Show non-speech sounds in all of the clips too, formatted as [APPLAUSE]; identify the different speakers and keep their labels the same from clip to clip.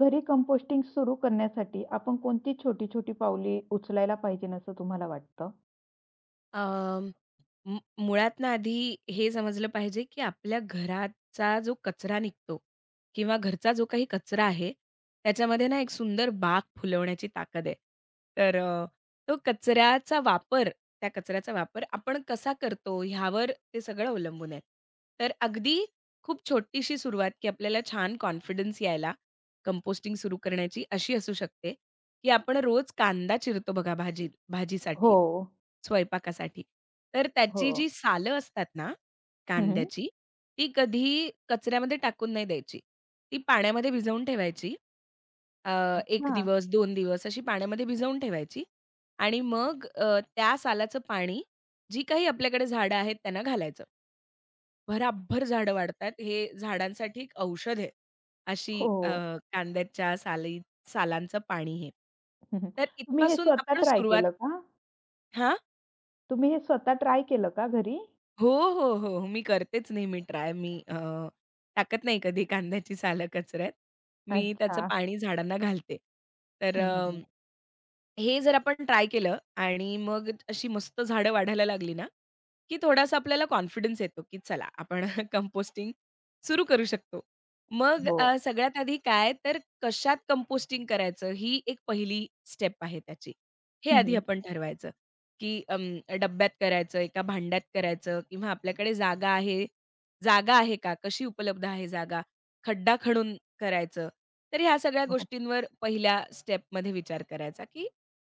Speaker 1: घरी कंपोस्टिंग सुरू करण्यासाठी आपण कोणती छोटी-छोटी पावले उचलायला पाहिजेन असं तुम्हाला वाटतं?
Speaker 2: अं, मु मुळात ना आधी हे समजलं पाहिजे, की आपल्या घराचा जो कचरा निघतो किंवा घरचा जो काही कचरा आहे, त्याच्यामध्ये ना एक सुंदर बाग फुलवण्याची ताकद आहे. तर अ, तो कचऱ्याचा वापर त्या कचऱ्याचा वापर आपण कसा करतो ह्यावर ते सगळं अवलंबून आहे. तर अगदी खूप छोटीशी सुरुवात, की आपल्याला छान कॉन्फिडन्स यायला कंपोस्टिंग सुरू करण्याची अशी असू शकते, की आपण रोज कांदा चिरतो बघा भाजीसाठी.
Speaker 1: हो,
Speaker 2: स्वयंपाकासाठी. तर
Speaker 1: हो.
Speaker 2: त्याची जी सालं असतात ना
Speaker 1: हं,
Speaker 2: कांद्याची, ती कधीही कचऱ्यामध्ये टाकून नाही द्यायची. ती पाण्यामध्ये भिजवून ठेवायची. अ, 1
Speaker 1: अच्छा.
Speaker 2: दिवस, 2 दिवस अशी पाण्यामध्ये भिजवून ठेवायची आणि मग त्या सालाचं पाणी जी काही आपल्याकडे झाडं आहेत त्यांना घालायचं. भराभर झाडं वाढतात. हे झाडांसाठी एक औषध आहे. अशी
Speaker 1: हो.
Speaker 2: अ, कांद्याच्या साली सालांचं पाणी हे.
Speaker 1: हं, हं.
Speaker 2: तर
Speaker 1: तुम्ही हे
Speaker 2: इथपासून
Speaker 1: स्वतः
Speaker 2: आपण
Speaker 1: ट्राय
Speaker 2: सुरुवात.
Speaker 1: केलं का?
Speaker 2: हां?
Speaker 1: तुम्ही हे स्वतः ट्राय केलं का घरी?
Speaker 2: हो, हो, हो, हो. मी करतेच नेहमी ट्राय. टाकत नाही कधी कांद्याची सालं कचऱ्यात. मी त्याचं
Speaker 1: अच्छा.
Speaker 2: पाणी झाडांना घालते. तर
Speaker 1: हं, हं,
Speaker 2: हे जर आपण ट्राय केलं आणि मग अशी मस्त झाडं वाढायला लागली ना, की थोडासा आपल्याला कॉन्फिडन्स येतो, की चला आपण [LAUGHS] कंपोस्टिंग सुरू करू शकतो. मग
Speaker 1: हो.
Speaker 2: अ, सगळ्यात आधी काय तर कशात कंपोस्टिंग करायचं ही एक पहिली स्टेप आहे त्याची. हे आधी
Speaker 1: हं,
Speaker 2: आपण ठरवायचं, की डब्यात करायचं, एका भांड्यात करायचं किंवा आपल्याकडे जागा आहे जागा आहे का? कशी उपलब्ध आहे जागा? खड्डा खणून करायचं. तर ह्या सगळ्या
Speaker 1: हो,
Speaker 2: गोष्टींवर पहिल्या स्टेपमध्ये विचार करायचा, की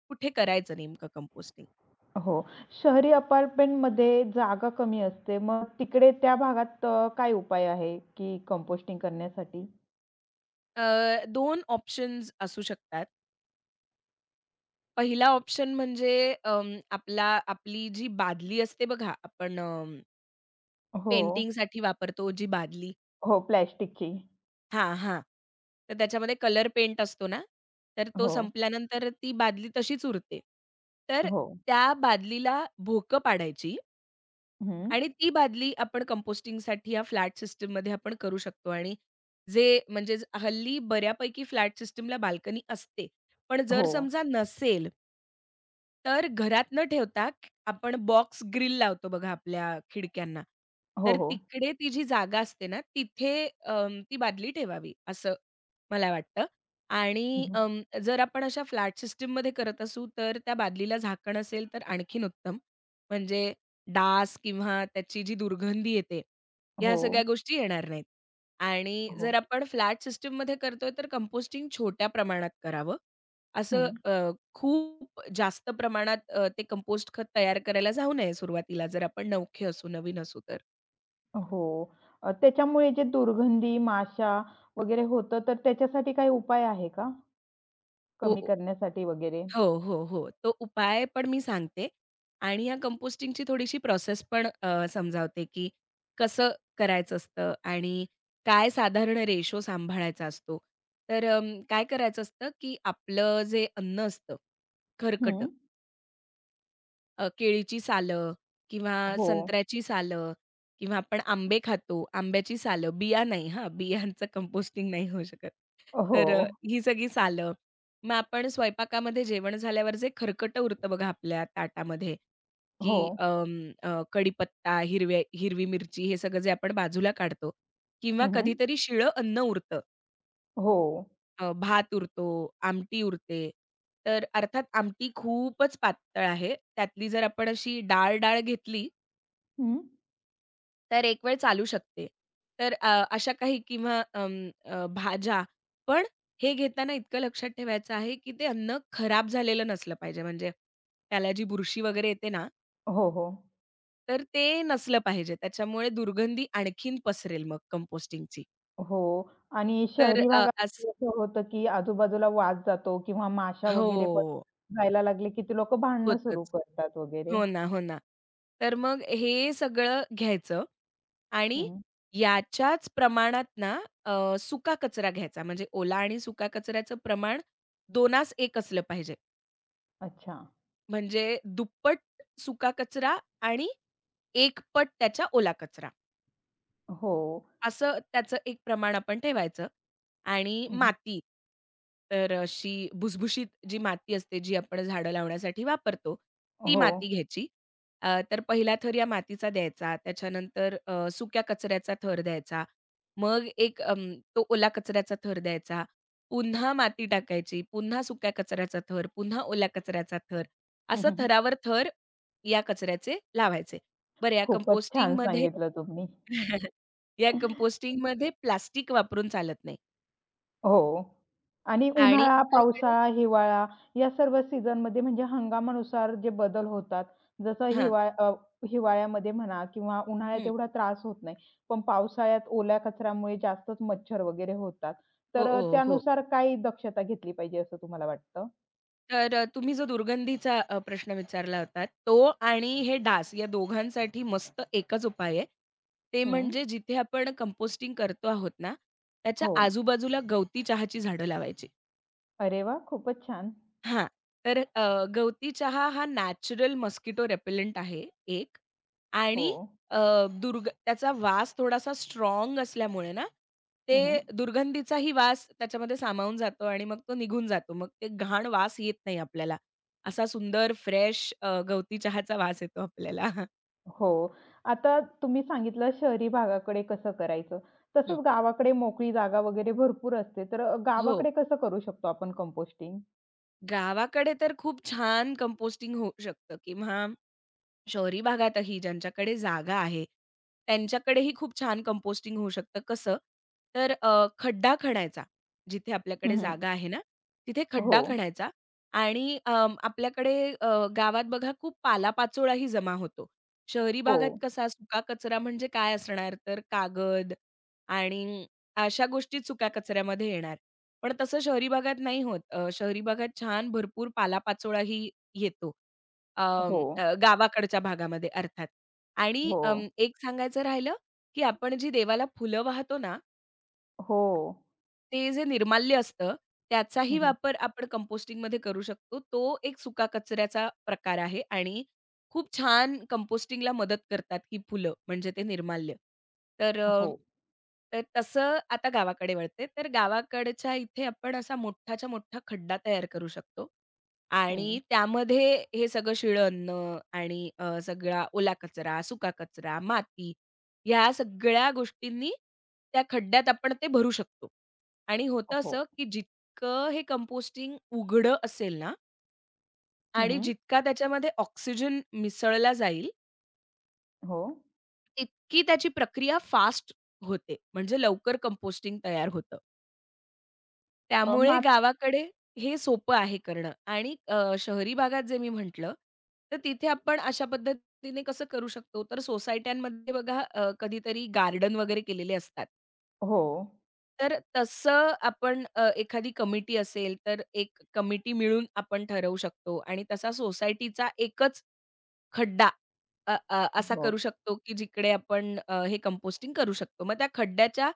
Speaker 2: कुठे करायचं नेमकं कंपोस्टिंग?
Speaker 1: हो. शहरी अपार्टमेंटमध्ये जागा कमी असते. मग तिकडे त्या भागात काय उपाय आहे की कंपोस्टिंग करण्यासाठी?
Speaker 2: 2 ऑप्शन्स असू शकतात. पहिला ऑप्शन म्हणजे अं, आपला आपली जी बादली असते बघा, आपण
Speaker 1: हो.
Speaker 2: पेंटिंगसाठी वापरतो जी बादली.
Speaker 1: हो, प्लास्टिकची.
Speaker 2: हां, हां. तर त्याच्यामध्ये कलर पेंट असतो ना, तर तो
Speaker 1: हो,
Speaker 2: संपल्यानंतर ती बादली तशीच उरते. तर
Speaker 1: हो.
Speaker 2: त्या बादलीला भोकं पाडायची
Speaker 1: हं.
Speaker 2: आणि ती बादली आपण कंपोस्टिंगसाठी या फ्लॅट सिस्टममध्ये आपण करू शकतो आणि हल्ली बऱ्यापैकी फ्लॅट सिस्टमला बाल्कनी असते. पण
Speaker 1: हो.
Speaker 2: जर समजा नसेल, तर घरात न ठेवता आपण बॉक्स ग्रिल लावतो बघा आपल्या खिडक्यांना.
Speaker 1: हो,
Speaker 2: तर
Speaker 1: हो.
Speaker 2: तिकडे ती जी जागा असते ना, तिथे ती बादली ठेवावी असं मला वाटतं.
Speaker 1: हं,
Speaker 2: आणि
Speaker 1: हं.
Speaker 2: जर आपण अशा फ्लॅट सिस्टममध्ये करत असू, तर त्या बादलीला झाकण असेल तर आणखीन उत्तम. म्हणजे डास किंवा त्याची जी दुर्गंधी येते, ह्या सगळ्या
Speaker 1: हो,
Speaker 2: गोष्टी येणार नाहीत. आणि जर
Speaker 1: हो.
Speaker 2: आपण फ्लॅट सिस्टममध्ये करतोय, तर कंपोस्टिंग छोट्या प्रमाणात करावं. असं
Speaker 1: हं.
Speaker 2: अ, खूप जास्त प्रमाणात ते कंपोस्ट खत तयार करायला जाऊ नये सुरुवातीला, जर आपण नवखे असू, नवीन असू तर.
Speaker 1: हो. त्याच्यामुळे जे दुर्गंधी, माशा वगैरे होतं, तर त्याच्यासाठी काही उपाय आहे का? कमी
Speaker 2: हो.
Speaker 1: करण्यासाठी वगैरे?
Speaker 2: हो, हो, हो. तो उपाय पण मी सांगते आणि या कंपोस्टिंगची थोडीशी प्रोसेस पण समजावते, की कसं करायचं असतं आणि काय साधारण रेशो सांभाळायचा असतो. तर अ, काय करायचं असतं, की आपलं जे अन्न असतं, खरकटं,
Speaker 1: हं.
Speaker 2: केळीची सालं किंवा
Speaker 1: हो.
Speaker 2: संत्र्याची सालं किंवा आपण आंबे खातो, आंब्याची सालं, बिया नाही हां, बियांचं कंपोस्टिंग नाही होऊ शकत.
Speaker 1: हो.
Speaker 2: तर अ, ही सगळी सालं. मग आपण स्वयंपाकामध्ये जेवण झाल्यावर जे खरकटं उरतं बघा आपल्या ताटामध्ये,
Speaker 1: हो.
Speaker 2: की कढीपत्ता, हिरवी मिरची हे सगळं जे आपण बाजूला काढतो किंवा
Speaker 1: हं, हं.
Speaker 2: कधीतरी शिळं अन्न उरतं.
Speaker 1: हो.
Speaker 2: भात उरतो, आमटी उरते. तर अर्थात आमटी खूपच पातळ आहे. त्यातली जर आपण अशी डाळ-डाळ घेतली,
Speaker 1: हं.
Speaker 2: तर एक वेळ चालू शकते. तर अ, अशा काही किंवा भाज्या. पण हे घेताना इतकं लक्षात ठेवायचं आहे, की ते अन्न खराब झालेलं नसलं पाहिजे. म्हणजे त्याला जी बुरशी वगैरे येते ना,
Speaker 1: हो, हो.
Speaker 2: तर ते नसलं पाहिजे. त्याच्यामुळे दुर्गंधी आणखीन पसरेल मग कंपोस्टिंगची.
Speaker 1: हो. आणि
Speaker 2: तर
Speaker 1: शहरी
Speaker 2: अ,
Speaker 1: भागात
Speaker 2: असं
Speaker 1: असं होतं, की आजूबाजूला वास जातो किंवा माशा वगैरे पण
Speaker 2: हो.
Speaker 1: जायला लागले, की ती लोकं भांडणं सुरू
Speaker 2: होतंच.
Speaker 1: करतात वगैरे.
Speaker 2: हो ना, हो ना. तर मग हे सगळं घ्यायचं आणि
Speaker 1: हं.
Speaker 2: याच्याच प्रमाणात ना अ, सुका कचरा घ्यायचा. म्हणजे ओला आणि सुका कचऱ्याचं प्रमाण दोनास एक असलं पाहिजे.
Speaker 1: अच्छा.
Speaker 2: म्हणजे दुप्पट सुका कचरा आणि एक पट त्याच्या ओला कचरा.
Speaker 1: हो.
Speaker 2: असं त्याचं एक प्रमाण आपण ठेवायचं आणि
Speaker 1: हं, हं.
Speaker 2: माती. तर अशी भुसभुशीत जी माती असते, जी आपण झाडं लावण्यासाठी वापरतो, ती
Speaker 1: हो.
Speaker 2: माती घ्यायची. तर पहिला थर या मातीचा द्यायचा. त्याच्यानंतर सुक्या कचऱ्याचा थर द्यायचा. मग तो ओला कचऱ्याचा थर द्यायचा. पुन्हा माती टाकायची, पुन्हा सुक्या कचऱ्याचा थर, पुन्हा ओल्या कचऱ्याचा थर.
Speaker 1: हं,
Speaker 2: असं
Speaker 1: हं,
Speaker 2: थरावर थर या कचऱ्याचे लावायचे. बरं या
Speaker 1: खूपच छान
Speaker 2: कंपोस्टिंगमध्ये
Speaker 1: सांगितलं तुम्ही.
Speaker 2: [LAUGHS] या कंपोस्टिंगमध्ये प्लास्टिक वापरून चालत नाही
Speaker 1: हो. आणि
Speaker 2: आणि
Speaker 1: उन्हाळा,
Speaker 2: आपल्याकडे
Speaker 1: पावसाळा, हिवाळा या सर्व सीझनमध्ये म्हणजे हंगामानुसार जे बदल होतात. जसं
Speaker 2: हां.
Speaker 1: हिवाळ अ, हिवाळ्यामध्ये म्हणा किंवा उन्हाळ्यात
Speaker 2: हं.
Speaker 1: एवढा त्रास होत नाही. पण पावसाळ्यात ओल्या कचऱ्यामुळे जास्तच मच्छर वगैरे होतात. तर
Speaker 2: हो, हो, हो.
Speaker 1: त्यानुसार काही दक्षता घेतली पाहिजे असं तुम्हाला वाटतं?
Speaker 2: तुम्ही जो दुर्गंधीचा प्रश्न विचारला होता, तो आणि हे डास या दोघांसाठी मस्त एकच उपाय आहे. ते
Speaker 1: हं.
Speaker 2: म्हणजे जिथे आपण कंपोस्टिंग करतो आहोत ना, त्याच्या
Speaker 1: हो.
Speaker 2: आजूबाजूला गवती चहाची झाडं लावायची.
Speaker 1: अरे वाह! खूपच छान.
Speaker 2: हां. तर अ, गवती चहा हा नॅचरल मस्किटो रिपेलेंट आहे एक.
Speaker 1: हो.
Speaker 2: आणि अ, दुर्ग त्याचा वास थोडासा स्ट्राँग असल्यामुळे ना, ते
Speaker 1: हं, हं.
Speaker 2: दुर्गंधीचाही वास त्याच्यामध्ये सामावून जातो आणि मग तो निघून जातो. मग ते घाण वास येत नाही आपल्याला. असा सुंदर फ्रेश गवती चहाचा वास येतो आपल्याला.
Speaker 1: हो. आता तुम्ही सांगितलं शहरी भागाकडे कसं करायचं.
Speaker 2: हं.
Speaker 1: तसंच गावाकडे मोकळी जागा वगैरे भरपूर असते. तर
Speaker 2: हो.
Speaker 1: गावाकडे कसं करू शकतो आपण कंपोस्टिंग?
Speaker 2: गावाकडे तर खूप छान कंपोस्टिंग होऊ शकतं किंवा शहरी भागातही ज्यांच्याकडे जागा आहे, त्यांच्याकडेही खूप छान कंपोस्टिंग होऊ शकतं. कसं? खड्डा खणायचा. जिथे आपल्याकडे
Speaker 1: हं, हं.
Speaker 2: जागा आहे ना, तिथे
Speaker 1: हो,
Speaker 2: खड्डा खणायचा आणि आपल्याकडे गावात बघा खूप पालापाचोळाही जमा होतो. शहरी
Speaker 1: हो,
Speaker 2: भागात कसा सुका कचरा म्हणजे काय असणार? तर कागद आणि अशा गोष्टी सुक्या कचऱ्यामध्ये येणार. पण तसं शहरी भागात नाही होत. शहरी भागात छान भरपूर पालापाचोळाही येतो.
Speaker 1: हो,
Speaker 2: गावाकडच्या भागामध्ये अर्थात. आणि
Speaker 1: हो,
Speaker 2: एक सांगायचं राहिलं, की आपण जी देवाला फुलं वाहतो ना,
Speaker 1: हो.
Speaker 2: ते जे निर्माल्य असतं,
Speaker 1: हं,
Speaker 2: त्याचाही
Speaker 1: हं.
Speaker 2: वापर आपण कंपोस्टिंगमध्ये करू शकतो. तो एक सुका कचऱ्याचा प्रकार आहे आणि खूप छान कंपोस्टिंगला मदत करतात ही फुलं, म्हणजे ते निर्माल्य. तर अ,
Speaker 1: हो.
Speaker 2: तर तसं आता गावाकडे वळते. तर गावाकडच्या इथे आपण असा मोठाच्या मोठा खड्डा तयार करू शकतो
Speaker 1: हं.
Speaker 2: आणि त्यामध्ये हे सगळं शिळं आणि सगळा ओला कचरा, सुका कचरा, माती ह्या सगळ्या गोष्टींनी त्या खड्ड्यात आपण ते भरू शकतो. आणि होतं
Speaker 1: हो.
Speaker 2: असं, की जितकं हे कंपोस्टिंग उघडं असेल ना
Speaker 1: हं,
Speaker 2: आणि
Speaker 1: हं.
Speaker 2: जितका त्याच्यामध्ये ऑक्सिजन मिसळला जाईल,
Speaker 1: हो.
Speaker 2: तितकी त्याची प्रक्रिया फास्ट होते. म्हणजे लवकर कंपोस्टिंग तयार होतं.
Speaker 1: अ,
Speaker 2: त्यामुळे
Speaker 1: मात
Speaker 2: गावाकडे हे सोपं आहे करणं आणि शहरी भागात जे मी म्हटलं, तर तिथे आपण अशा पद्धतीने कसं करू शकतो, तर सोसायट्यांमध्ये बघा कधीतरी गार्डन वगैरे केलेले असतात.
Speaker 1: हो,
Speaker 2: तर तसं आपण एखादी कमिटी असेल, तर एक कमिटी मिळून आपण ठरवू शकतो आणि तसा सोसायटीचा एकच खड्डा अ, अ, असा
Speaker 1: हो.
Speaker 2: करू शकतो, की जिकडे आपण हे कंपोस्टिंग करू शकतो. मग त्या खड्ड्याच्या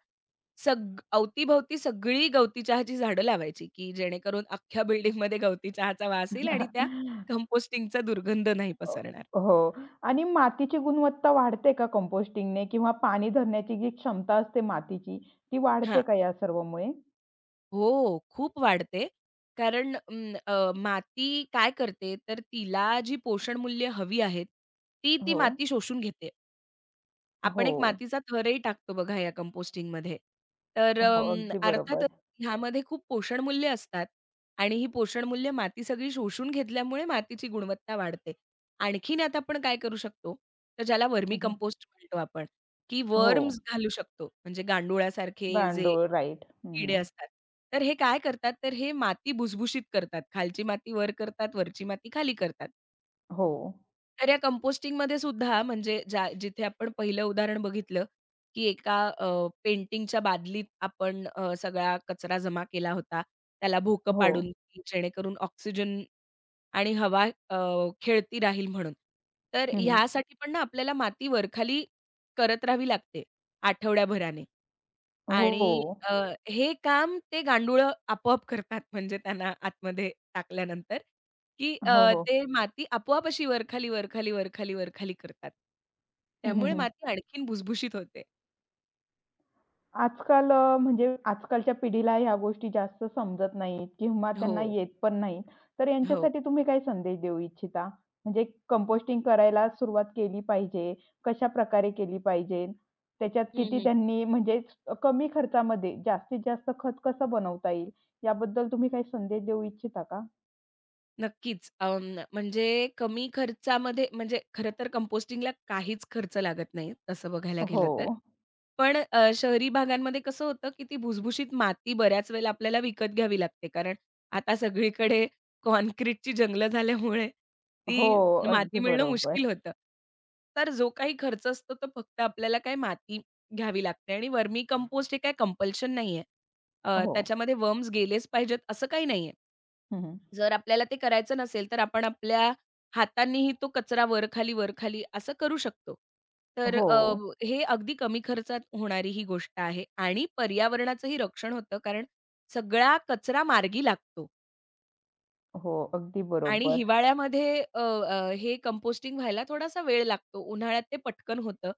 Speaker 2: सग अवतीभवती सगळी गवती चहाची झाडं लावायची, की जेणेकरून अख्ख्या बिल्डिंगमध्ये गवती चहाचा वास येईल आणि त्या कंपोस्टिंगचा दुर्गंध नाही पसरणार.
Speaker 1: हो. आणि मातीची गुणवत्ता वाढते का कंपोस्टिंगने? किंवा पाणी धरण्याची जी क्षमता असते मातीची, ती वाढते
Speaker 2: हां.
Speaker 1: का या सर्वमुळे?
Speaker 2: हो, खूप वाढते. कारण माती काय करते, तर तिला जी पोषणमूल्य हवी आहेत, ती ती
Speaker 1: हो.
Speaker 2: माती शोषून घेते. आपण एक
Speaker 1: हो,
Speaker 2: मातीचा थरही टाकतो बघा या कंपोस्टिंगमध्ये. तर
Speaker 1: हो, अगदी बरोबर.
Speaker 2: अर्थातच ह्यामध्ये खूप पोषणमूल्य असतात आणि ही पोषणमूल्य माती सगळी शोषून घेतल्यामुळे मातीची गुणवत्ता वाढते. आणखीन यात आपण काय करू शकतो, तर ज्याला वर्मी
Speaker 1: हं,
Speaker 2: कंपोस्ट म्हणतो आपण, की
Speaker 1: हो,
Speaker 2: वर्म्स घालू शकतो. म्हणजे गांडुळासारखे जे
Speaker 1: गांडूळ राईट. हं,
Speaker 2: किडे
Speaker 1: हं.
Speaker 2: असतात. तर हे काय करतात, तर हे माती भुसभुशीत करतात. खालची माती वर करतात, वरची माती खाली करतात.
Speaker 1: हो,
Speaker 2: तर या कंपोस्टिंगमध्ये सुद्धा म्हणजे जिथे आपण पहिलं उदाहरण बघितलं, की एका पेंटिंगच्या बादलीत आपण सगळा कचरा जमा केला होता. त्याला भोकं
Speaker 1: हो.
Speaker 2: पाडून की जेणेकरून ऑक्सिजन आणि हवा अ, खेळती राहील म्हणून. तर
Speaker 1: हं, हं.
Speaker 2: ह्यासाठी पण ना आपल्याला माती वरखाली करत राहावी लागते आठवड्याभराने. आणि
Speaker 1: हो,
Speaker 2: अ, हे काम ते गांडुळं आपोआप करतात म्हणजे त्यांना आतमध्ये टाकल्यानंतर, की
Speaker 1: हो, हो.
Speaker 2: ते माती आपोआप अशी वरखाली, वरखाली, वरखाली, वरखाली करतात. त्यामुळे
Speaker 1: हं,
Speaker 2: माती आणखीन भुसभुशीत होते.
Speaker 1: आजकाल म्हणजे आजकालच्या पिढीला ह्या गोष्टी जास्त समजत नाहीत किंवा
Speaker 2: हो,
Speaker 1: त्यांना येत पण नाहीत. तर
Speaker 2: हो.
Speaker 1: यांच्यासाठी तुम्ही काय संदेश देऊ इच्छिता? म्हणजे कंपोस्टिंग करायला सुरुवात केली पाहिजे, कशा प्रकारे केली पाहिजे? त्याच्यात
Speaker 2: हं,
Speaker 1: किती
Speaker 2: हं.
Speaker 1: त्यांनी म्हणजे कमी खर्चामध्ये जास्तीत जास्त खत कसं बनवता येईल? याबद्दल तुम्ही काही संदेश देऊ इच्छिता का?
Speaker 2: नक्कीच. म्हणजे कमी खर्चामध्ये म्हणजे खरं तर कंपोस्टिंगला काहीच खर्च लागत नाही, तसं बघायला
Speaker 1: हो.
Speaker 2: गेलं तर. पण शहरी भागांमध्ये कसं होतं, की ती भुसभुशीत माती बऱ्याच वेळेला आपल्याला विकत घ्यावी लागते. कारण आता सगळीकडे काँक्रीटची जंगलं झाल्यामुळे
Speaker 1: हो,
Speaker 2: ती माती
Speaker 1: अगदी
Speaker 2: मिळणं
Speaker 1: बरोबर.
Speaker 2: मुश्किल होतं. तर जो काही खर्च असतो, तो फक्त आपल्याला काय माती घ्यावी लागते आणि वर्मी कंपोस्ट हे काय कंपल्शन नाहीये.
Speaker 1: हो.
Speaker 2: त्याच्यामध्ये वर्म्स गेलेच पाहिजेत असं काही नाहीये.
Speaker 1: हं, हं.
Speaker 2: जर आपल्याला ते करायचं नसेल, तर आपण आपल्या हातांनीही तो कचरा वर-खाली, वर-खाली असं करू शकतो. तर अ,
Speaker 1: हो,
Speaker 2: हे अगदी कमी खर्चात होणारी ही गोष्ट आहे आणि पर्यावरणाचंही रक्षण होतं कारण सगळा कचरा मार्गी लागतो.
Speaker 1: हो, अगदी
Speaker 2: आणि
Speaker 1: बरोबर.
Speaker 2: हिवाळ्यामध्ये अ, अ, हे कंपोस्टिंग व्हायला थोडासा वेळ लागतो. उन्हाळ्यात ते पटकन होतं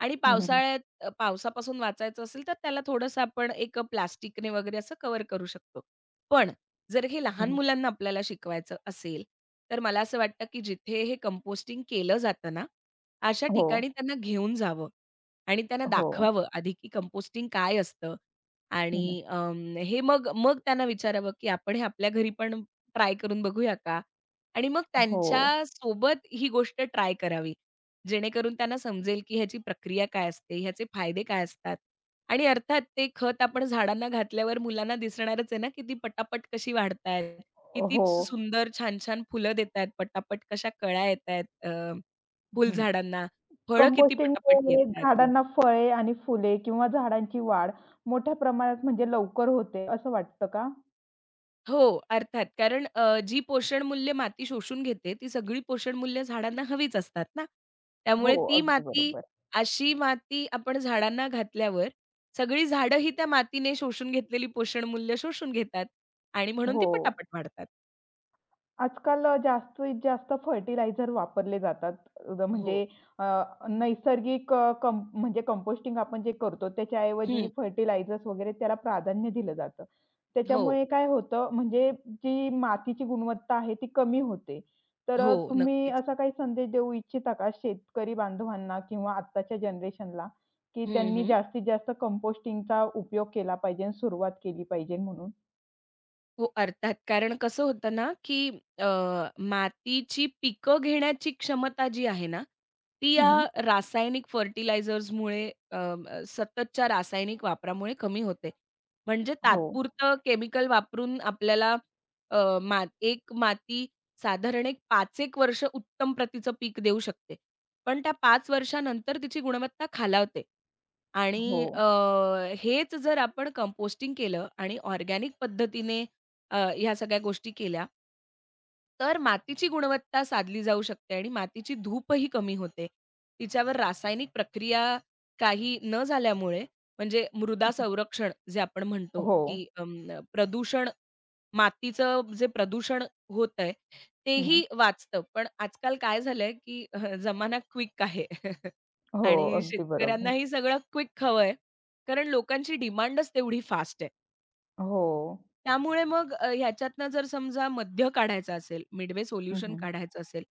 Speaker 2: आणि
Speaker 1: हं, हं.
Speaker 2: पावसाळ्यात पावसापासून वाचायचं असेल, तर त्याला थोडंसं आपण एक प्लास्टिकने वगैरे असं कव्हर करू शकतो. पण जर हे
Speaker 1: हं,
Speaker 2: लहान
Speaker 1: हं.
Speaker 2: मुलांना आपल्याला शिकवायचं असेल, तर मला असं वाटतं, की जिथे हे कंपोस्टिंग केलं जातं ना, अशा
Speaker 1: हो,
Speaker 2: ठिकाणी त्यांना घेऊन जावं आणि त्यांना
Speaker 1: हो.
Speaker 2: दाखवावं आधी, की कंपोस्टिंग काय असतं
Speaker 1: हं, हं.
Speaker 2: आणि हे मग मग त्यांना विचारावं, की आपण हे आपल्या घरी पण ट्राय करून बघूया का? आणि मग
Speaker 1: हो,
Speaker 2: त्यांच्यासोबत ही गोष्ट ट्राय करावी. जेणेकरून त्यांना समजेल, की ह्याची प्रक्रिया काय असते, ह्याचे फायदे काय असतात आणि अर्थात ते खत आपण झाडांना घातल्यावर मुलांना दिसणारच आहे ना, किती ती पटापट कशी वाढतायत. किती
Speaker 1: हो.
Speaker 2: सुंदर छान-छान फुलं देतायत पटापट, कशा कळ्या येतायत फुलझाडांना, फळं किती पटापट
Speaker 1: कंपोस्टिंगमुळे हो.
Speaker 2: येतायत.
Speaker 1: झाडांना फळे आणि फुले किंवा झाडांची वाढ मोठ्या प्रमाणात म्हणजे लवकर होते, असं वाटतं का?
Speaker 2: हो, अर्थात. कारण जी पोषणमूल्य माती शोषून घेते, ती सगळी पोषणमूल्य झाडांना हवीच असतात ना. त्यामुळे
Speaker 1: हो,
Speaker 2: ती
Speaker 1: अगदी
Speaker 2: माती
Speaker 1: बरोबर.
Speaker 2: अशी माती आपण झाडांना घातल्यावर सगळी झाडं ही त्या मातीने शोषून घेतलेली पोषणमूल्य शोषून घेतात आणि म्हणून
Speaker 1: हो.
Speaker 2: ती पटापट वाढतात.
Speaker 1: आजकाल जास्तीत जास्त फर्टिलायझर वापरले जातात. अ, म्हणजे
Speaker 2: हो.
Speaker 1: अ, नैसर्गिक अ, कं म्हणजे कंपोस्टिंग आपण जे करतो त्याच्याऐवजी
Speaker 2: हं.
Speaker 1: फर्टिलायझर्स वगैरे त्याला प्राधान्य दिलं जातं.
Speaker 2: हो,
Speaker 1: त्याच्यामुळे काय होतं म्हणजे जी मातीची गुणवत्ता आहे ती कमी होते. तर
Speaker 2: हो.
Speaker 1: तुम्ही
Speaker 2: नक्कीच.
Speaker 1: असा काही संदेश देऊ इच्छिता का शेतकरी बांधवांना किंवा आत्ताच्या जनरेशनला, की
Speaker 2: हं,
Speaker 1: त्यांनी
Speaker 2: हं.
Speaker 1: जास्तीत जास्त कंपोस्टिंगचा उपयोग केला पाहिजे आणि सुरुवात केली पाहिजे म्हणून?
Speaker 2: हो, अर्थात. कारण कसं होतं ना, की अ, मातीची पिकं घेण्याची क्षमता जी आहे ना, ती या
Speaker 1: हं.
Speaker 2: रासायनिक फर्टिलायझर्समुळे अ, अ, सततच्या रासायनिक वापरामुळे कमी होते. म्हणजे
Speaker 1: हो.
Speaker 2: तात्पुरतं केमिकल वापरून आपल्याला अ, मा एक माती साधारण एक 5 एक वर्ष उत्तम प्रतीचं पीक देऊ शकते. पण त्या 5 वर्षानंतर तिची गुणवत्ता खालावते.
Speaker 1: हो.
Speaker 2: आणि हेच जर आपण कंपोस्टिंग केलं आणि ऑर्गॅनिक पद्धतीने ह्या सगळ्या गोष्टी केल्या. तर मातीची गुणवत्ता साधली जाऊ शकते आणि मातीची धूपही कमी होते. तिच्यावर रासायनिक प्रक्रिया काही न झाल्यामुळे म्हणजे मृदा संरक्षण जे आपण म्हणतो,
Speaker 1: हो.
Speaker 2: की मातीचं जे प्रदूषण होतंय
Speaker 1: हं.
Speaker 2: तेही वाचतं. पण आजकाल काय झालंय, की जमाना क्विक आहे. [LAUGHS]
Speaker 1: हो,
Speaker 2: आणि
Speaker 1: अगदी बरोबर.
Speaker 2: शेतकऱ्यांनाही सगळं क्विक हवंय. कारण लोकांची डिमांडच तेवढी फास्ट आहे.
Speaker 1: हो.
Speaker 2: त्यामुळे मग ह्याच्यातनं जर समजा मध्य काढायचा असेल, मिडवे
Speaker 1: हं,
Speaker 2: सोल्युशन
Speaker 1: हं.
Speaker 2: काढायचं असेल,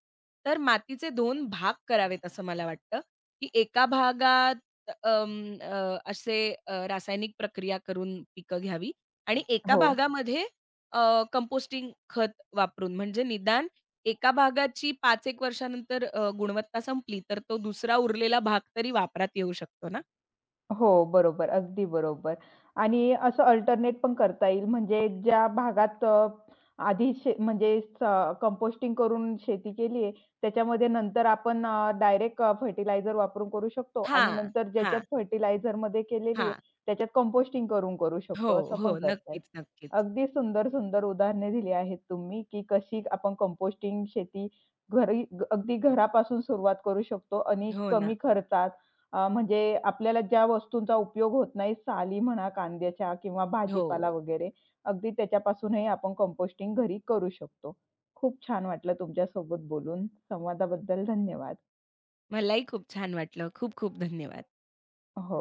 Speaker 2: तर मातीचे दोन भाग करावेत असं मला वाटतं, की एका भागात असे रासायनिक प्रक्रिया करून पिकं घ्यावी आणि एका
Speaker 1: हो.
Speaker 2: भागामध्ये कंपोस्टिंग खत वापरून म्हणजे निदान एका भागाची पाच एक वर्षानंतर गुणवत्ता संपली, तर तो दुसरा उरलेला भाग तरी वापरात येऊ शकतो ना.
Speaker 1: हो, बरोबर. अगदी बरोबर. आणि असं अल्टरनेट पण करता येईल. म्हणजे ज्या भागात अ, आधी शे म्हणजे स कंपोस्टिंग करून शेती केली आहे, त्याच्यामध्ये नंतर आपण डायरेक्ट फर्टिलायझर वापरून करू शकतो आणि
Speaker 2: हां,
Speaker 1: नंतर ज्याच्यात
Speaker 2: हां,
Speaker 1: फर्टिलायझरमध्ये केलेली आहे,
Speaker 2: हां.
Speaker 1: त्याच्यात कंपोस्टिंग करून करू
Speaker 2: हो,
Speaker 1: शकतो. असं पण
Speaker 2: हो.
Speaker 1: करता येईल.
Speaker 2: नक्कीच, नक्कीच.
Speaker 1: अगदी सुंदर, सुंदर उदाहरणे दिली आहेत तुम्ही, की कशी आपण कंपोस्टिंग शेती घरी अगदी घरापासून सुरुवात करू शकतो आणि
Speaker 2: हो
Speaker 1: कमी
Speaker 2: ना.
Speaker 1: खर्चात, म्हणजे आपल्याला ज्या वस्तूंचा उपयोग होत नाही, साली म्हणा कांद्याच्या किंवा
Speaker 2: हो.
Speaker 1: भाजीपाला वगैरे, अगदी त्याच्यापासूनही आपण कंपोस्टिंग घरी करू शकतो. खूप छान वाटलं तुमच्यासोबत बोलून. संवादाबद्दल धन्यवाद.
Speaker 2: मलाही खूप छान वाटलं. खूप खूप धन्यवाद.
Speaker 1: हो.